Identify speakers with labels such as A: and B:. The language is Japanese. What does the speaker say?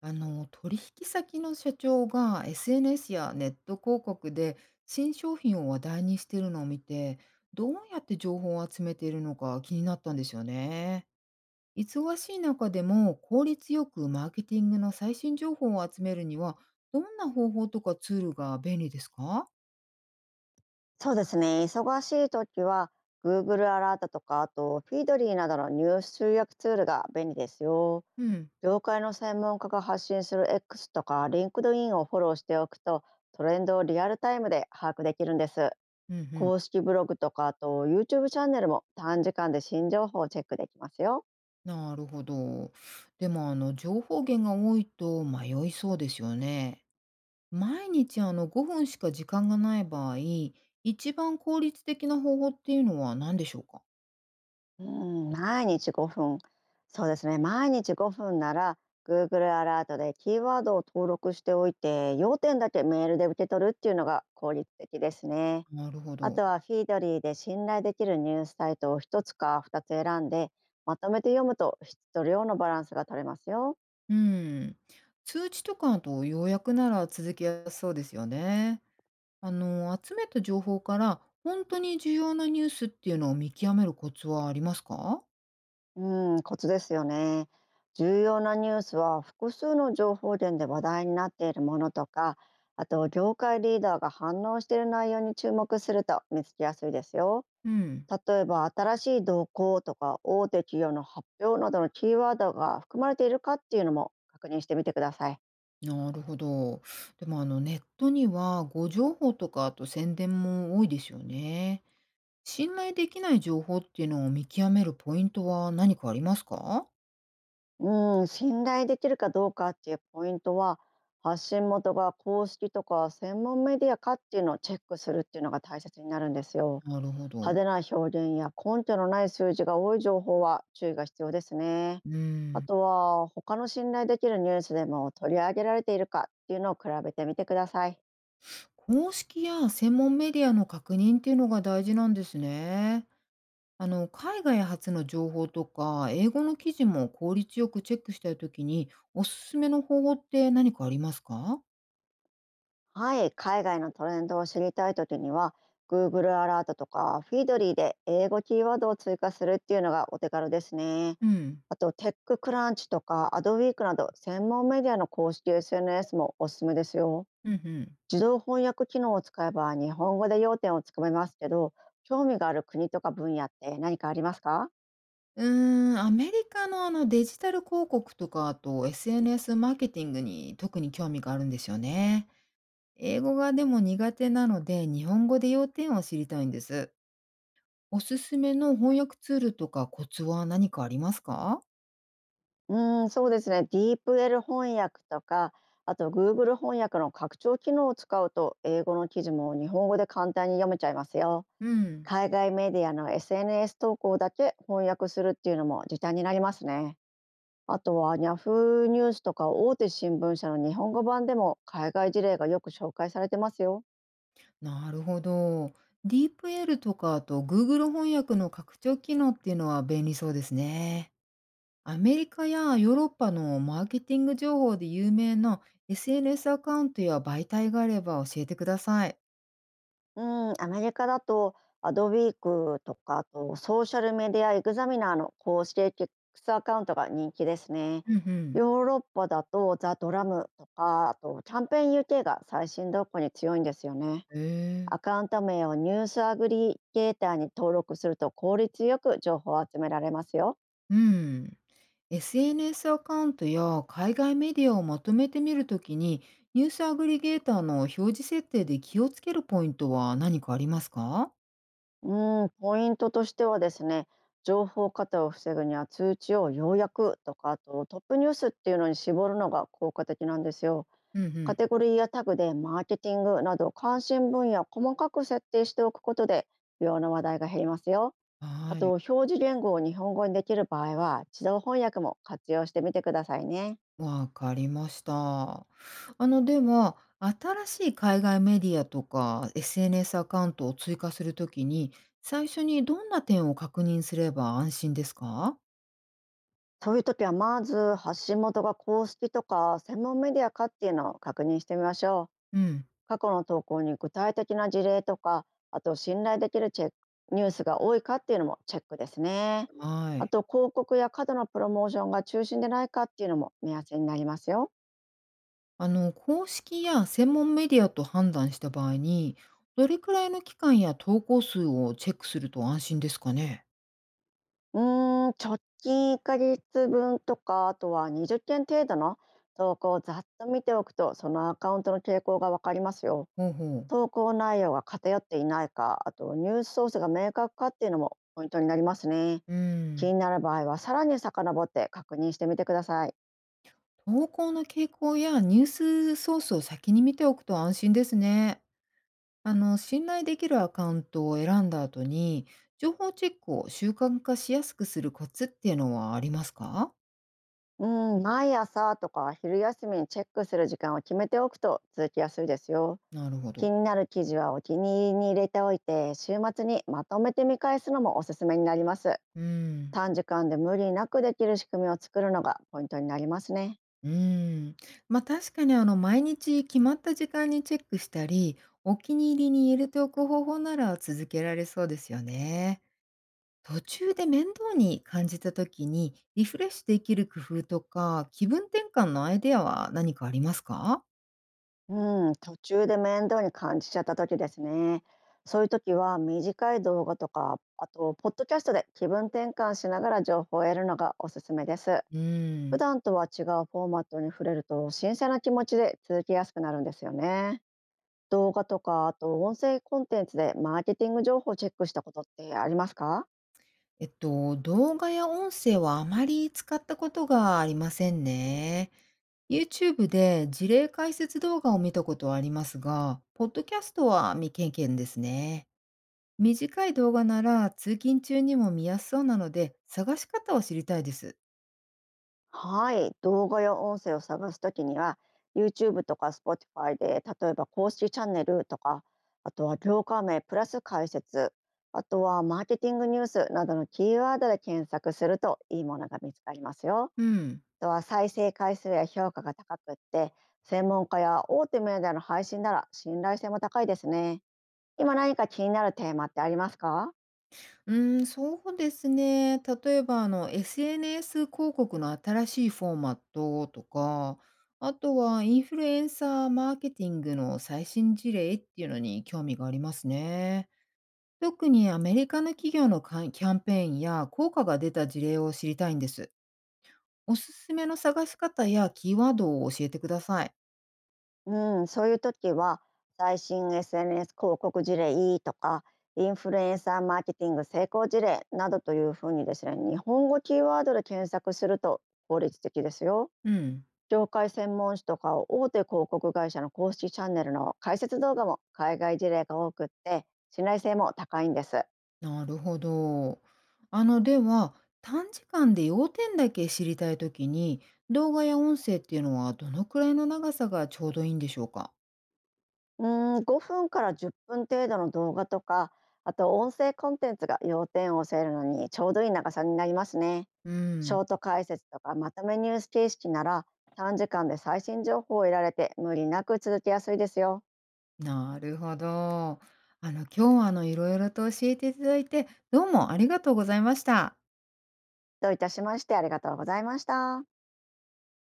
A: 取引先の社長が SNS やネット広告で新商品を話題にしているのを見て、どうやって情報を集めているのか気になったんですよね。忙しい中でも効率よくマーケティングの最新情報を集めるには、どんな方法とかツールが便利ですか？
B: そうですね。忙しい時は Google アラートとか、あとフィードリーなどのニュース集約ツールが便利ですよ。
A: うん、
B: 業界の専門家が発信する X とか LinkedIn をフォローしておくと、トレンドをリアルタイムで把握できるんです。
A: うん、うん。
B: 公式ブログとか、あと YouTube チャンネルも短時間で新情報をチェックできますよ。
A: なるほど。でも情報源が多いと迷いそうですよね。毎日5分しか時間がない場合、一番効率的な方法っていうのは何でしょうか？
B: うん、毎日5分。そうですね、毎日5分なら、Google アラートでキーワードを登録しておいて、要点だけメールで受け取るっていうのが効率的ですね。
A: なるほ
B: あ
A: ど。
B: とはフィードリーで信頼できるニュースサイトを一つか二つ選んで、まとめて読むと質と量のバランスが取れますよ。
A: うん。通知とかあと要約なら続けやすそうですよね。あの、集めた情報から本当に重要なニュースっていうのを見極めるコツはありますか？
B: うん、コツですよね。重要なニュースは複数の情報源で話題になっているものとか、あと業界リーダーが反応している内容に注目すると見つけやすいですよ。
A: うん、
B: 例えば新しい動向とか大手企業の発表などのキーワードが含まれているかっていうのも確認してみてください。
A: なるほど。でもネットには誤情報とかあと宣伝も多いですよね。信頼できない情報っていうのを見極めるポイントは何かありますか？
B: うん、信頼できるかどうかっていうポイントは、発信元が公式とか専門メディアかっていうのをチェックするっていうのが大切になるんですよ。
A: なるほ
B: 派
A: ど。
B: 手な表現や根拠のない数字が多い情報は注意が必要ですね。
A: う
B: あ
A: ん。
B: とは他の信頼できるニュースでも取り上げられているかっていうのを比べてみてください。
A: 公式や専門メディアの確認っていうのが大事なんですね。あの、海外発の情報とか、英語の記事も効率よくチェックしたいときに、おすすめの方法って何かありますか？
B: はい、海外のトレンドを知りたいときには Google アラートとか Feedly で英語キーワードを追加するっていうのがお手軽ですね。
A: うん。
B: あとテッククランチとか Adweek など専門メディアの公式 SNS もおすすめですよ。
A: うんうん。
B: 自動翻訳機能を使えば日本語で要点をつかめますけど、興味がある国とか分野って何かありますか？
A: うーん、アメリカのデジタル広告とか、あと SNS マーケティングに特に興味があるんですよね。英語がでも苦手なので、日本語で要点を知りたいんです。おすすめの翻訳ツールとかコツは何かありますか？
B: うーん、そうですね。 DeepL 翻訳とか、あと Google 翻訳の拡張機能を使うと英語の記事も日本語で簡単に読めちゃいますよ。
A: うん。
B: 海外メディアの SNS 投稿だけ翻訳するっていうのも時短になりますね。あとは Yahoo ニュースとか大手新聞社の日本語版でも海外事例がよく紹介されてますよ。
A: なるほど。ディープエルとかあと Google 翻訳の拡張機能っていうのは便利そうですね。アメリカやヨーロッパのマーケティング情報で有名な SNS アカウントや媒体があれば教えてください。
B: うん、アメリカだとアドウィークとか、あとソーシャルメディアエグザミナーの公式エックスアカウントが人気ですね。
A: うんうん。
B: ヨーロッパだとザ・ドラムとか、あとキャンペーン UK が最新動向に強いんですよね。
A: へえ。
B: アカウント名をニュースアグリゲーターに登録すると効率よく情報を集められますよ。
A: うん。SNS アカウントや海外メディアをまとめてみるときに、ニュースアグリゲーターの表示設定で気をつけるポイントは何かありますか？
B: うん、ポイントとしてはですね、情報過多を防ぐには通知を要約とか、あとトップニュースっていうのに絞るのが効果的なんですよ。
A: うんう
B: カ
A: ん。
B: テゴリーやタグでマーケティングなど関心分野を細かく設定しておくことで、不要な話題が減りますよ。あ
A: は
B: と
A: い、
B: 表示言語を日本語にできる場合は自動翻訳も活用してみてくださいね。
A: わかりました。あの、では、新しい海外メディアとか SNS アカウントを追加するときに、最初にどんな点を確認すれば安心ですか？
B: そういう時はまず発信元が公式とか専門メディアかっていうのを確認してみましょ
A: うん。
B: う。過去の投稿に具体的な事例とか、あと信頼できるチェックニュースが多いかっていうのもチェックですね。
A: は
B: あ
A: い。
B: と広告や過度なプロモーションが中心でないかっていうのも目安になりますよ。
A: あの、公式や専門メディアと判断した場合に、どれくらいの期間や投稿数をチェックすると安心ですかね。
B: うーん、直近1か月分とか、あとは20件程度の投稿をざっと見ておくと、そのアカウントの傾向がわかりますよ。
A: ほうほう。
B: 投稿内容が偏っていないか、あとニュースソースが明確かっていうのもポイントになりますね。
A: う
B: 気
A: ん。
B: になる場合はさらに遡って確認してみてください。
A: 投稿の傾向やニュースソースを先に見ておくと安心ですね。あの、信頼できるアカウントを選んだ後に、情報チェックを習慣化しやすくするコツっていうのはありますか？
B: うん、毎朝とか昼休みにチェックする時間を決めておくと続きやすいですよ。
A: なるほ
B: 気
A: ど。
B: になる記事はお気に入りに入れておいて、週末にまとめて見返すのもおすすめになります。
A: うん。
B: 短時間で無理なくできる仕組みを作るのがポイントになりますね。
A: うーん、ま、確かに毎日決まった時間にチェックしたり、お気に入りに入れておく方法なら続けられそうですよね。途中で面倒に感じた時に、リフレッシュできる工夫とか、気分転換のアイデアは何かありますか？
B: うん、途中で面倒に感じちゃった時ですね。そういう時は短い動画とか、あとポッドキャストで気分転換しながら情報を得るのがおすすめです。
A: うー
B: 普
A: ん、
B: 段とは違うフォーマットに触れると新鮮な気持ちで続きやすくなるんですよね。動画とか、あと音声コンテンツでマーケティング情報をチェックしたことってありますか？
A: 動画や音声はあまり使ったことがありませんね。YouTube で事例解説動画を見たことはありますが、ポッドキャストは未経験ですね。短い動画なら通勤中にも見やすそうなので探し方を知りたいです。
B: はい、動画や音声を探すときには YouTube とか Spotify で、例えば公式チャンネルとか、あとは業界名プラス解説、あとはマーケティングニュースなどのキーワードで検索するといいものが見つかりますよ。
A: うん。
B: あとは再生回数や評価が高くって、専門家や大手メディアの配信なら信頼性も高いですね。今何か気になるテーマってありますか？
A: うーん、そうですね。例えばSNS 広告の新しいフォーマットとか、あとはインフルエンサーマーケティングの最新事例っていうのに興味がありますね。特にアメリカの企業のカンキャンペーンや効果が出た事例を知りたいんです。おすすめの探し方やキーワードを教えてください。
B: うん、そういう時は最新 SNS 広告事例とか、インフルエンサーマーケティング成功事例などというふうにですね、日本語キーワードで検索すると効率的ですよ。
A: うん。
B: 業界専門誌とか大手広告会社の公式チャンネルの解説動画も海外事例が多くって信頼性も高いんです。
A: なるほど。あの、では、短時間で要点だけ知りたいときに、動画や音声っていうのはどのくらいの長さがちょうどいいんでしょうか？
B: うーん、5分から10分程度の動画とか、あと音声コンテンツが要点を教えるのにちょうどいい長さになりますね。
A: う
B: シ
A: ん、
B: ョート解説とかまとめニュース形式なら短時間で最新情報を得られて無理なく続けやすいですよ。
A: なるほど。あの、今日は色々と教えていただいて、どうもありがとうございました。
B: どういたしまして、ありがとうございました。